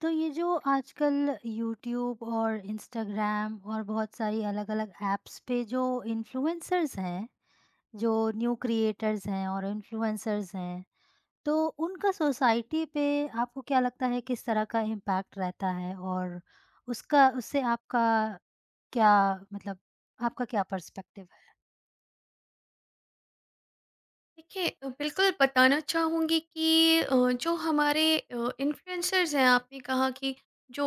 तो ये जो आजकल यूट्यूब और इंस्टाग्राम और बहुत सारी अलग-अलग ऐप्स पे जो इन्फ्लुएंसर्स हैं, जो न्यू क्रिएटर्स हैं और इन्फ्लुएंसर्स हैं, तो उनका सोसाइटी पे आपको क्या लगता है किस तरह का इम्पैक्ट रहता है? और उसका उससे आपका क्या मतलब, आपका क्या पर्सपेक्टिव है? देखिए बिल्कुल बताना चाहूँगी कि जो हमारे इन्फ्लुएंसर्स हैं। आपने कहा कि जो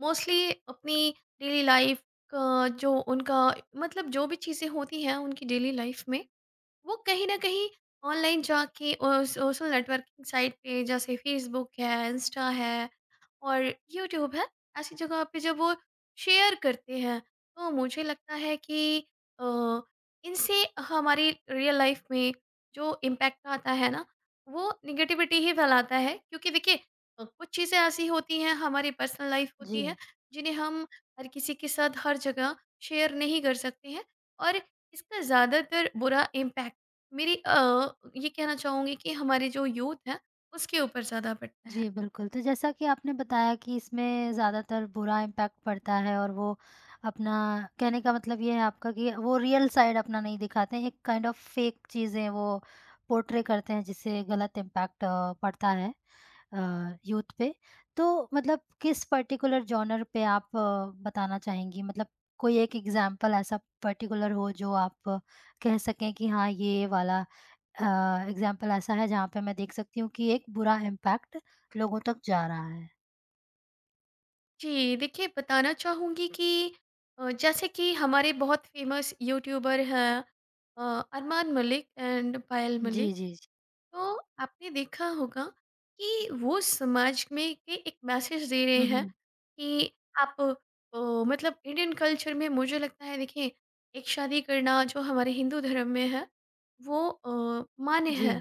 मोस्टली अपनी डेली लाइफ का जो उनका मतलब जो भी चीज़ें होती हैं उनकी डेली लाइफ में, वो कहीं न कहीं ऑनलाइन जाके सोशल नेटवर्किंग साइट पे, जैसे फ़ेसबुक है, इंस्टा है और यूट्यूब है, ऐसी जगह पे जब वो शेयर करते हैं, तो मुझे लगता है कि अ, इनसे हमारी रियल लाइफ़ में जो इम्पैक्ट आता है ना, वो नेगेटिविटी ही फैलाता है। क्योंकि देखिए कुछ चीज़ें ऐसी होती हैं, हमारी पर्सनल लाइफ़ होती है, जी। जिन्हें हम हर किसी के साथ हर जगह शेयर नहीं कर सकते हैं। और इसका ज़्यादातर बुरा इम्पैक्ट, ये कहना चाहूँगी कि हमारे जो यूथ हैं, उसके ऊपर ज़्यादा पड़ता है। जी, बिल्कुल। तो जैसा कि आपने बताया कि इसमें ज़्यादातर बुरा इम्पैक्ट पड़ता है और वो अपना कहने का मतलब ये है आपका कि वो रियल साइड अपना नहीं दिखाते हैं, एक काइंड ऑफ फ़ेक चीज़ें वो पोर्ट्रे करते हैं जिससे गलत इम्पैक्ट पड़ता है। अ, यूथ पे। तो मतलब किस पर्टिकुलर जॉनर पे आप बताना चाहेंगी? मतलब कोई एक एग्ज़ाम्पल ऐसा पर्टिकुलर हो जो आप कह सकें कि हाँ, ये वाला एग्ज़ाम्पल ऐसा है जहाँ पे मैं देख सकती हूँ कि एक बुरा इम्पैक्ट लोगों तक जा रहा है। जी, देखिए बताना चाहूँगी कि जैसे कि हमारे बहुत फ़ेमस यूट्यूबर हैं, अ, अरमान मलिक एंड पायल जी, मलिक। जी, जी। तो आपने देखा होगा कि वो समाज में के एक मैसेज दे रहे हुँ, हैं, हुँ। कि आप, मतलब इंडियन कल्चर में मुझे लगता है देखिए, एक शादी करना जो हमारे हिंदू धर्म में है वो मान्य जी। है।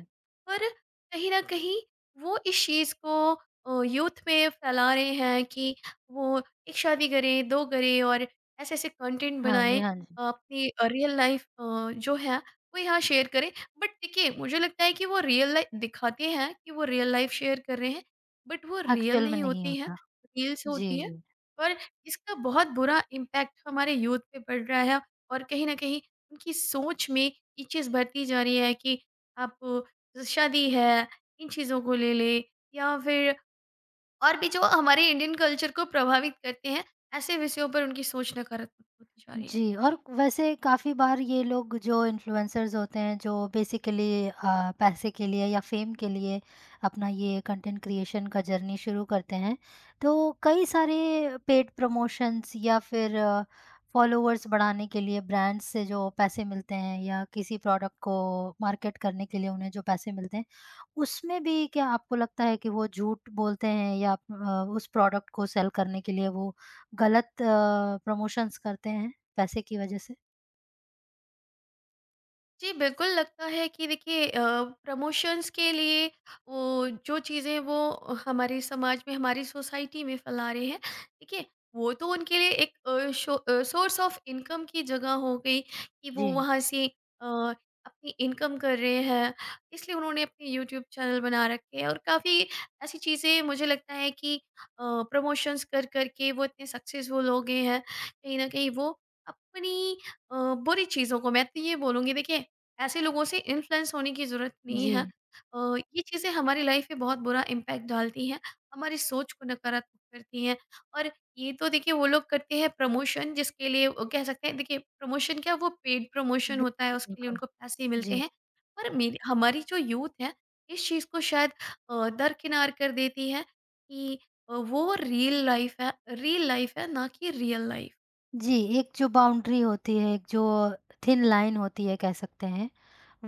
पर कहीं ना कहीं वो इस चीज़ को यूथ में फैला रहे हैं, कि वो एक शादी करें, दो करें, और ऐसे ऐसे कंटेंट हाँ जी, बनाएं, हाँ जी। अपनी रियल लाइफ जो है वो यहाँ शेयर करें। बट देखिए मुझे लगता है कि वो रियल लाइफ दिखाते हैं कि वो रियल लाइफ शेयर कर रहे हैं, बट वो रियल एक्चुअल में नहीं नहीं होती है, होता। रील्स जी, होती है। जी। और इसका बहुत बुरा इम्पैक्ट हमारे यूथ पे पड़ रहा है, और कहीं ना कहीं उनकी सोच में ये चीज़ भरती जा रही है कि आप, शादी है इन चीज़ों को ले ले, या फिर और भी जो हमारे इंडियन कल्चर को प्रभावित करते हैं, ऐसे विषयों पर उनकी सोच नकारात्मक होती जा रही है। जी और जी वैसे काफ़ी बार ये लोग जो इन्फ्लुएंसर्स होते हैं जो बेसिकली पैसे के लिए या फ़ेम के लिए अपना ये कंटेंट क्रिएशन का जर्नी शुरू करते हैं, तो कई सारे पेड प्रमोशंस या फिर फॉलोअर्स बढ़ाने के लिए ब्रांड्स से जो पैसे मिलते हैं या किसी प्रोडक्ट को मार्केट करने के लिए उन्हें जो पैसे मिलते हैं, उसमें भी क्या आपको लगता है कि वो झूठ बोलते हैं या उस प्रोडक्ट को सेल करने के लिए वो गलत प्रमोशंस करते हैं? पैसे की वजह से? जी, बिल्कुल लगता है कि देखिए प्रमोशंस के लिए वो जो चीज़ें वो हमारे समाज में, हमारी सोसाइटी में फैला रहे हैं, ठीक है? वो तो उनके लिए एक सोर्स ऑफ इनकम की जगह हो गई, कि जी, वो वहाँ से अपनी इनकम कर रहे हैं। इसलिए उन्होंने अपने यूट्यूब चैनल बना रखे हैं, और काफ़ी ऐसी चीज़ें मुझे लगता है कि प्रमोशंस कर, कर के वो इतने सक्सेसफुल हो गए हैं, कहीं न कहीं वो अपनी अ, बुरी चीज़ों को, मैं तो ये बोलूँगी देखिए, ऐसे लोगों से इन्फ्लुएंस होने की ज़रूरत नहीं जी। है। अ, ये चीज़ें हमारी लाइफ में बहुत बुरा इम्पैक्ट डालती हैं, हमारी सोच को नकारात्मक करती हैं। और ये तो देखिए वो लोग करते हैं प्रमोशन, जिसके लिए वो कह सकते हैं, देखिए प्रमोशन क्या, वो पेड प्रमोशन होता है, बिल्कुल, उसके लिए बिल्कुल। उनको पैसे मिलते जी, हैं। पर मेरी हमारी जो यूथ है, इस चीज़ को शायद दरकिनार कर देती है, कि वो रील लाइफ है, रील लाइफ है, ना कि रियल लाइफ। जी, एक जो बाउंड्री होती है, एक जो थिन लाइन होती है कह सकते हैं,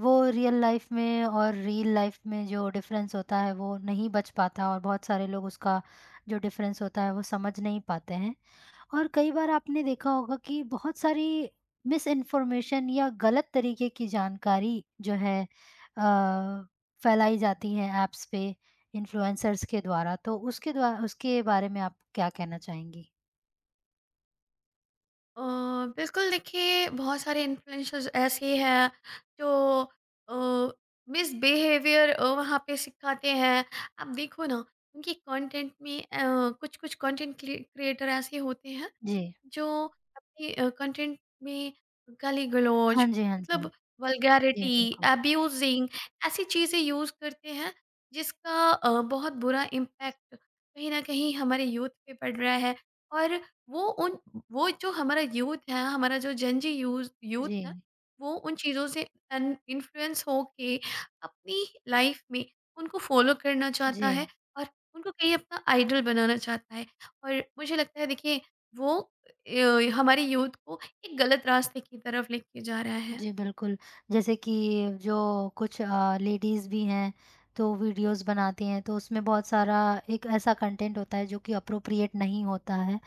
वो रियल लाइफ़ में और रील लाइफ़ में जो डिफ़रेंस होता है वो नहीं बच पाता और बहुत सारे लोग उसका जो डिफ़रेंस होता है वो समझ नहीं पाते हैं। और कई बार आपने देखा होगा कि बहुत सारी मिस इन्फॉर्मेशन या गलत तरीके की जानकारी जो है अ, फैलाई जाती है ऐप्स पे इन्फ्लुएंसर्स के द्वारा तो उसके द्वारा उसके बारे में आप क्या कहना चाहेंगी? अ, बिल्कुल देखिए बहुत सारे इन्फ्लुएंसर्स ऐसे हैं जो मिस बिहेवियर वहाँ पे सिखाते हैं। आप देखो ना, उनके कंटेंट में, कुछ कुछ कंटेंट क्रिएटर ऐसे होते हैं जी। जो अपने कंटेंट में गाली हाँ गलौज, जी, हाँ जी, हाँ मतलब जी। जी, वल्गैरिटी, बिल्कुल। अब्यूजिंग, ऐसी चीज़ें यूज़ करते हैं, जिसका बहुत बुरा इम्पैक्ट कहीं ना कहीं हमारे यूथ पे पड़ रहा है। और वो उन वो जो हमारा यूथ है, हमारा जो जनजी यूज यूथ जी, है, वो उन चीज़ों से इन्फ्लुएंस हो के अपनी लाइफ में उनको फॉलो करना चाहता जी। है, और उनको कहीं अपना आइडल बनाना चाहता है। और मुझे लगता है देखिए वो हमारी यूथ को एक गलत रास्ते की तरफ लेके जा रहा है। जी, बिल्कुल। जैसे कि जो कुछ लेडीज़ भी हैं तो वीडियोज़ बनाती हैं तो उसमें बहुत सारा एक ऐसा कंटेंट होता है जो कि एप्रोप्रिएट नहीं होता है।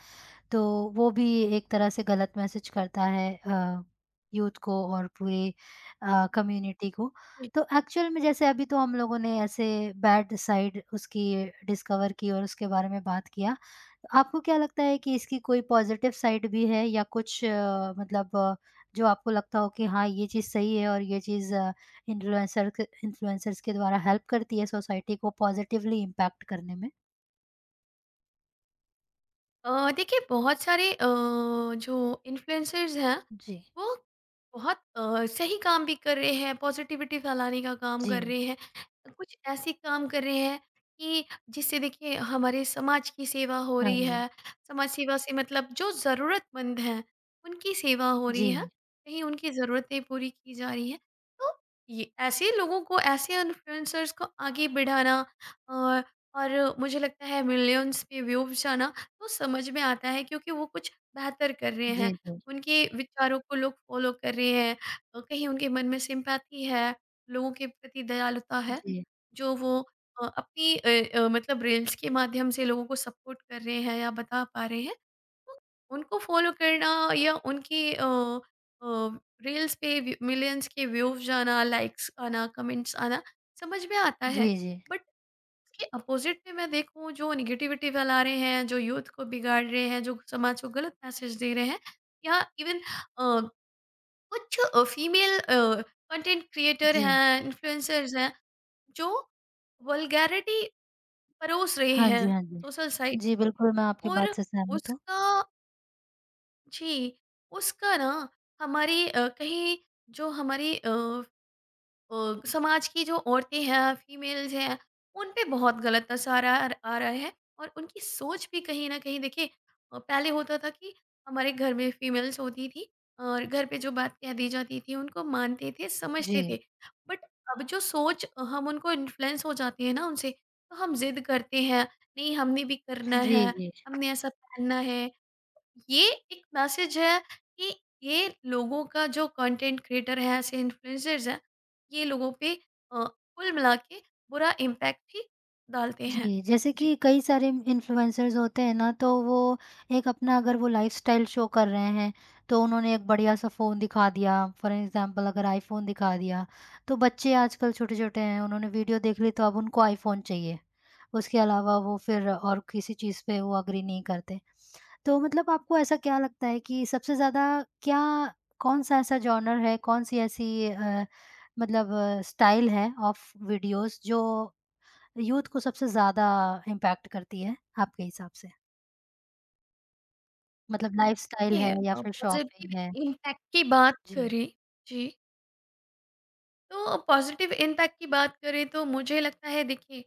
तो वो भी एक तरह से गलत मैसेज करता है यूथ को और पूरे कम्युनिटी को। तो एक्चुअल में जैसे अभी तो हम लोगों ने ऐसे बैड साइड उसकी डिस्कवर की और उसके बारे में बात किया। आपको क्या लगता है कि इसकी कोई पॉज़िटिव साइड भी है या कुछ मतलब जो आपको लगता हो कि हाँ, ये चीज़ सही है और ये चीज़ इन्फ्लुएंसर्स के द्वारा हेल्प करती है सोसाइटी को पॉज़िटिवली इम्पैक्ट करने में? देखिए बहुत सारे जो इन्फ्लुएंसर्स हैं जी। वो बहुत सही काम भी कर रहे हैं, पॉजिटिविटी फैलाने का काम जी। कर रहे हैं, कुछ ऐसे काम कर रहे हैं कि जिससे देखिए हमारे समाज की सेवा हो हाँ रही जी। है। समाज सेवा से मतलब जो ज़रूरतमंद हैं उनकी सेवा हो रही जी। है, कहीं उनकी ज़रूरतें पूरी की जा रही है। तो ये ऐसे लोगों को, ऐसे इन्फ्लुएंसर्स को आगे बढ़ाना, और और मुझे लगता है मिलियंस पे व्यूज जाना, तो समझ में आता है, क्योंकि वो कुछ बेहतर कर रहे हैं, जी, जी। उनके विचारों को लोग फॉलो कर रहे हैं। कहीं उनके मन में सिम्पैथी है, लोगों के प्रति दयालुता है, जी। जो वो मतलब रील्स के माध्यम से लोगों को सपोर्ट कर रहे हैं या बता पा रहे हैं। तो उनको फॉलो करना, या उनकी अ, रील्स पे व्यू, मिलियंस के व्यूज़ जाना, लाइक्स आना, कमेंट्स आना समझ में आता है। जी, जी। बट इसके अपोजिट में मैं देखूं, जो निगेटिविटी फैला रहे हैं, जो यूथ को बिगाड़ रहे हैं, जो समाज को गलत मैसेज दे रहे हैं, या इवन कुछ फीमेल कंटेंट क्रिएटर जी। हैं, इन्फ्लुएंसर्स हैं, जो वल्गैरिटी परोस रहे हाँ हैं जी, हाँ जी। सोशल साइट्स जी, पे। बिल्कुल मैं आपकी और बात से सहमत हूँ। उसका, जी, उसका ना हमारी, कहीं, जो हमारी समाज की जो औरतें हैं, फीमेल्स हैं, उन पे बहुत गलत असर आ आ रहा है। और उनकी सोच भी कहीं न कहीं देखिए, पहले होता था कि हमारे घर में फीमेल्स होती थी, और घर पे जो बात कह दी जाती थी, उनको मानते थे, जी। समझते थे। बट अब जो सोच, हम उनको इन्फ्लुएंस हो जाते हैं ना उनसे, तो हम ज़िद करते हैं, नहीं हमने भी करना है, जी, जी। हमने ऐसा पहनना है। ये एक मैसेज है, कि ये लोगों का जो कंटेंट क्रिएटर है, ऐसे इन्फ्लुएंसर्स हैं, ये लोगों पे कुल मिला के बुरा इम्पैक्ट ही डालते हैं। जी, जैसे जी, कि कई सारे इन्फ्लुएंसर्स होते हैं ना तो वो एक अपना अगर वो लाइफ़स्टाइल शो कर रहे हैं तो उन्होंने एक बढ़िया-सा फ़ोन दिखा दिया फॉर एग्ज़ाम्पल अगर आईफ़ोन दिखा दिया, तो बच्चे आजकल छोटे-छोटे हैं उन्होंने वीडियो देख ली तो अब उनको आईफ़ोन चाहिए। उसके अलावा वो फिर और किसी चीज़ पे वो एग्री नहीं करते। तो मतलब आपको ऐसा क्या लगता है कि सबसे ज़्यादा क्या कौन-सा ऐसा जॉनर है, कौन-सी ऐसी अ, मतलब स्टाइल है ऑफ वीडियोज़ जो यूथ को सबसे ज़्यादा इम्पैक्ट करती है आपके हिसाब से? मतलब लाइफ़स्टाइल देखिए है या फिर शॉपिंग पॉज़िटिव है? इम्पैक्ट की बात जी, करें, जी। तो पॉजिटिव इम्पैक्ट की बात करें तो मुझे लगता है देखिए,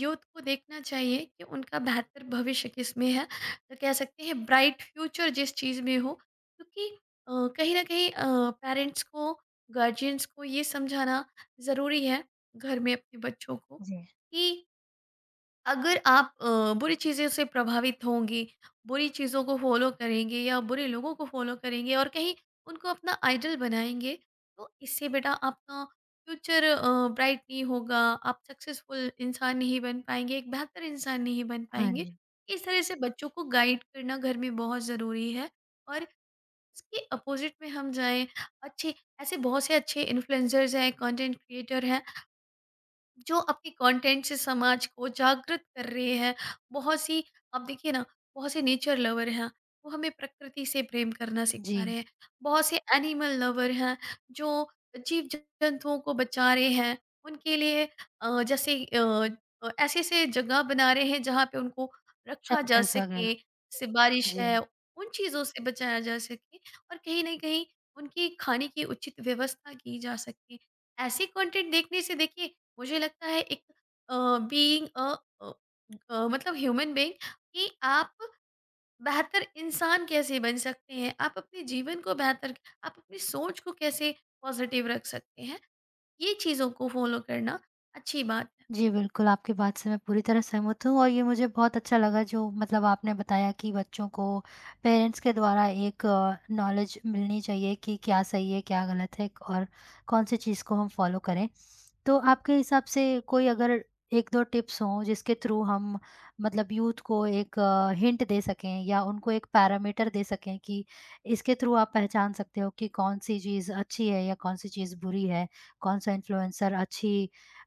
यूथ को देखना चाहिए कि उनका बेहतर भविष्य किस में है, तो कह सकते हैं ब्राइट फ्यूचर जिस चीज़ में हो, क्योंकि अ, कहीं ना कहीं पेरेंट्स को, गार्जियंस को ये समझाना ज़रूरी है घर में अपने बच्चों को, जी। कि अगर आप बुरी चीज़ों से प्रभावित होंगे, बुरी चीज़ों को फ़ॉलो करेंगे या बुरे लोगों को फ़ॉलो करेंगे और कहीं उनको अपना आइडल बनाएँगे, तो इससे बेटा आपका फ्यूचर ब्राइट नहीं होगा, आप सक्सेसफुल इंसान नहीं बन पाएँगे, एक बेहतर इंसान नहीं बन हाँ पाएँगे। जी। इस तरह से बच्चों को गाइड करना घर में बहुत ज़रूरी है। और इसके अपोज़िट में हम जाएँ, अच्छे, ऐसे बहुत से अच्छे इन्फ्लुएंसर्स हैं, कंटेंट क्रिएटर हैं, जो अपने कंटेंट से समाज को जागृत कर रहे हैं। बहुत सी, आप देखिए ना, बहुत से नेचर लवर हैं, वो हमें प्रकृति से प्रेम करना सिखा जी, रहे हैं। बहुत से एनिमल लवर हैं, जो जीव-जंतुओं को बचा रहे हैं। उनके लिए अ, जैसे अ ऐसे-ऐसे जगह बना रहे हैं जहाँ पे उनको रखा जा शेल्टर्स वगैरह। सके, जैसे बारिश जी। है, उन चीज़ों से बचाया जा सके, और कहीं न कहीं उनकी खाने की उचित व्यवस्था की जा सके। ऐसे कंटेंट देखने से देखिए मुझे लगता है एक बीइंग अ अ, अ, मतलब ह्यूमन बीइंग कि आप बेहतर इंसान कैसे बन सकते हैं, आप अपने जीवन को बेहतर, आप अपनी सोच को कैसे पॉजिटिव रख सकते हैं, ये चीज़ों को फॉलो करना अच्छी बात है। जी, बिल्कुल, आपकी बात से मैं पूरी तरह सहमत हूँ और ये मुझे बहुत अच्छा लगा जो मतलब आपने बताया कि बच्चों को पेरेंट्स के द्वारा एक नॉलेज मिलनी चाहिए कि क्या सही है, क्या गलत है और कौन-सी चीज़ को हम फ़ॉलो करें। तो आपके हिसाब से कोई अगर 1-2 टिप्स हों जिसके थ्रू हम मतलब यूथ को एक हिंट दे सकें या उनको एक पैरामीटर दे सकें कि इसके थ्रू आप पहचान सकते हो कि कौन-सी चीज़ अच्छी है या कौन-सी चीज़ बुरी है, कौन-सा इन्फ्लुएंसर अच्छी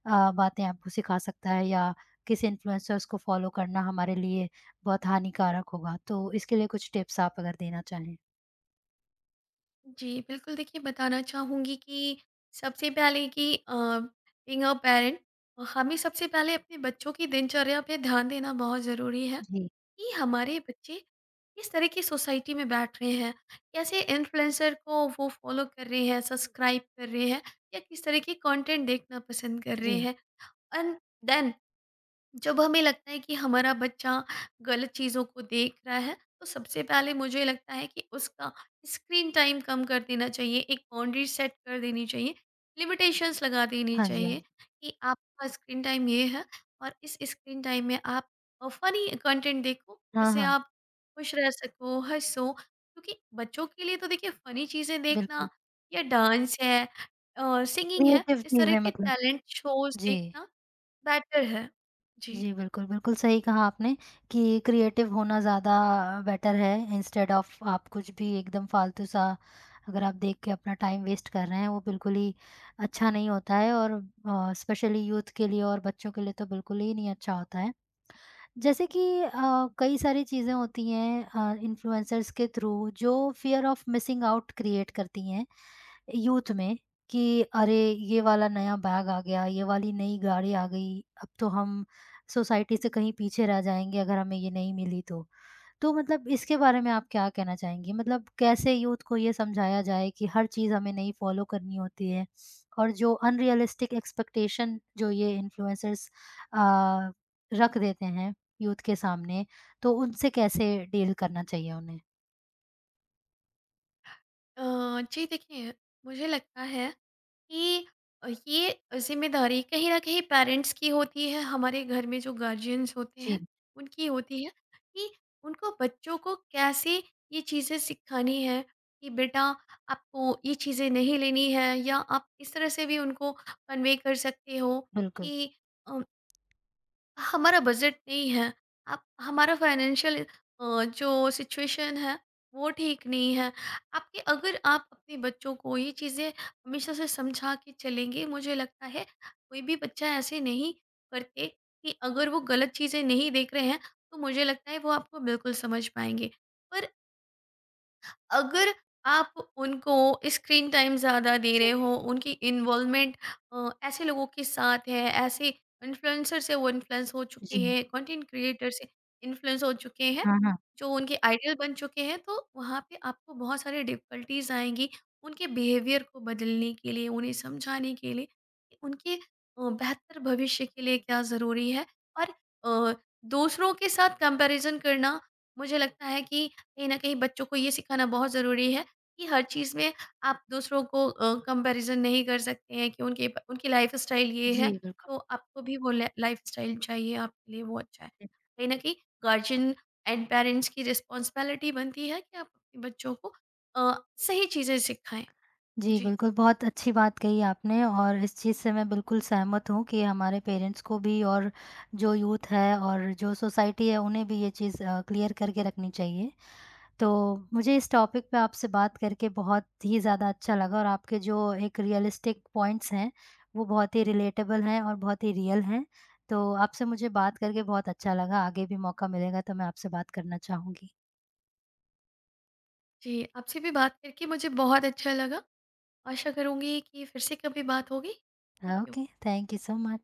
बातें आपको सिखा सकता है या किस इन्फ्लुएंसर्स को फॉलो करना हमारे लिए बहुत हानिकारक होगा। तो इसके लिए कुछ टिप्स आप अगर देना चाहें? जी, बिल्कुल देखिए बताना चाहूँगी कि सबसे पहले कि बीइंग अ पेरेंट, हमें सबसे पहले अपने बच्चों की दिनचर्या पे ध्यान देना बहुत ज़रूरी है। जी, कि हमारे बच्चे किस तरह की सोसाइटी में बैठ रहे हैं, कैसे इन्फ्लुएंसर को वो फॉलो कर रहे हैं, सब्सक्राइब कर रहे हैं, या किस तरह के कंटेंट देखना पसंद कर जी। रहे हैं। एंड देन जब हमें लगता है कि हमारा बच्चा गलत चीज़ों को देख रहा है, तो सबसे पहले मुझे लगता है कि उसका स्क्रीन टाइम कम कर देना चाहिए, एक बाउंड्री सेट कर देनी चाहिए, लिमिटेशंस लगा देनी हाँ जी, हाँ चाहिए, जी। कि आपका स्क्रीन टाइम ये है, और इस स्क्रीन टाइम में आप फ़नी कंटेंट देखो, हाँ, जिससे हाँ, आप खुश रह सको, हँसो। क्योंकि बच्चों के लिए तो देखिए फ़नी चीज़ें देखना, बिल्कुल। या डांस है, सिंगिंग है, क्रिएटिव इस तरह चीज़ें के मतलब टैलेंट शोज़ जी, देखना बेटर है। जी। जी, बिल्कुल, बिल्कुल सही कहा आपने कि क्रिएटिव होना ज़्यादा बेटर है इंस्टेड ऑफ आप कुछ भी एकदम फ़ालतू-सा अगर आप देख के अपना टाइम वेस्ट कर रहे हैं, वो बिल्कुल ही अच्छा नहीं होता है और स्पेशली यूथ के लिए और बच्चों के लिए तो बिल्कुल ही नहीं अच्छा होता है। जैसे कि कई सारी चीज़ें होती हैं इन्फ्लुएंसर्स के थ्रू जो fear of missing out create करती हैं यूथ में कि अरे ये वाला नया बैग आ गया, ये वाली नई गाड़ी आ गई, अब तो हम सोसाइटी से कहीं पीछे रह जाएँगे अगर हमें ये नहीं मिली तो। तो मतलब इसके बारे में आप क्या कहना चाहेंगी? मतलब कैसे यूथ को ये समझाया जाए कि हर चीज़ हमें नहीं फ़ॉलो करनी होती है और जो अनरियलिस्टिक एक्सपेक्टेशन जो ये इन्फ्लुएंसर्स अ, रख देते हैं यूथ के सामने, तो उनसे कैसे डील करना चाहिए उन्हें? अ, जी देखिए, मुझे लगता है कि ये ज़िम्मेदारी कहीं न कहीं पेरेंट्स की होती है, हमारे घर में जो गार्जियंस होते जी, हैं, उनकी होती है, कि उनको बच्चों को कैसे ये चीज़ें सिखानी है, कि बेटा आपको ये चीज़ें नहीं लेनी है, या आप इस तरह से भी उनको कन्वे कर सकते हो बिल्कुल। कि अ हमारा बजट नहीं है, आप हमारा फाइनेंशियल जो सिचुएशन है वो ठीक नहीं है। आपके, अगर आप अपने बच्चों को ये चीज़ें हमेशा से समझा के चलेंगे, मुझे लगता है कोई भी बच्चा ऐसे नहीं करते, कि अगर वो गलत चीज़ें नहीं देख रहे हैं तो मुझे लगता है वो आपको बिल्कुल समझ पाएंगे। पर अगर आप उनको स्क्रीन टाइम ज़्यादा दे जी, रहे हो, उनकी इन्वॉल्वमेंट ऐसे लोगों के साथ है, ऐसे इन्फ्लुएंसर से वो इन्फ्लुएंस हो चुके जी। हैं, कंटेंट क्रिएटर से इन्फ्लुएंस हो चुके हैं, हाँ, हाँ। जो उनके आइडल बन चुके हैं, तो वहाँ पे आपको बहुत सारी डिफ़िकल्टीज़ आएँगी, उनके बिहेवियर को बदलने के लिए, उन्हें समझाने के लिए कि उनके बेहतर भविष्य के लिए क्या ज़रूरी है। और अ, दूसरों के साथ कंपैरिज़न करना, मुझे लगता है कि कहीं न कहीं बच्चों को ये सिखाना बहुत ज़रूरी है कि हर चीज़ में आप दूसरों को कंपैरिज़न नहीं कर सकते हैं, कि उनके प उनकी लाइफ़स्टाइल ये है, जी, बिल्कुल। तो आपको भी वो ला लाइफ़स्टाइल चाहिए, आपके लिए वो अच्छा है। कहीं न कहीं गार्जियन एंड पेरेंट्स की रिस्पॉन्सिबिलिटी बनती है कि आप अपने बच्चों को अ, सही चीज़ें सिखाएँ। जी, जी। बिल्कुल, बहुत अच्छी बात कही आपने और इस चीज़ से मैं बिल्कुल सहमत हूँ कि हमारे पेरेंट्स को भी और जो यूथ है और जो सोसाइटी है, उन्हें भी ये चीज़ क्लियर करके रखनी चाहिए। तो मुझे इस टॉपिक पे आपसे बात करके बहुत ही ज़्यादा अच्छा लगा और आपके जो एक रियलिस्टिक पॉइंट्स हैं, वो बहुत ही रिलेटेबल हैं और बहुत ही रियल हैं। तो आपसे मुझे बात करके बहुत अच्छा लगा, आगे भी मौका मिलेगा तो मैं आपसे बात करना चाहूँगी। जी, आपसे भी बात करके मुझे बहुत अच्छा लगा। आशा करूँगी कि फिर से कभी बात होगी। Thank you. Okay, thank you so much.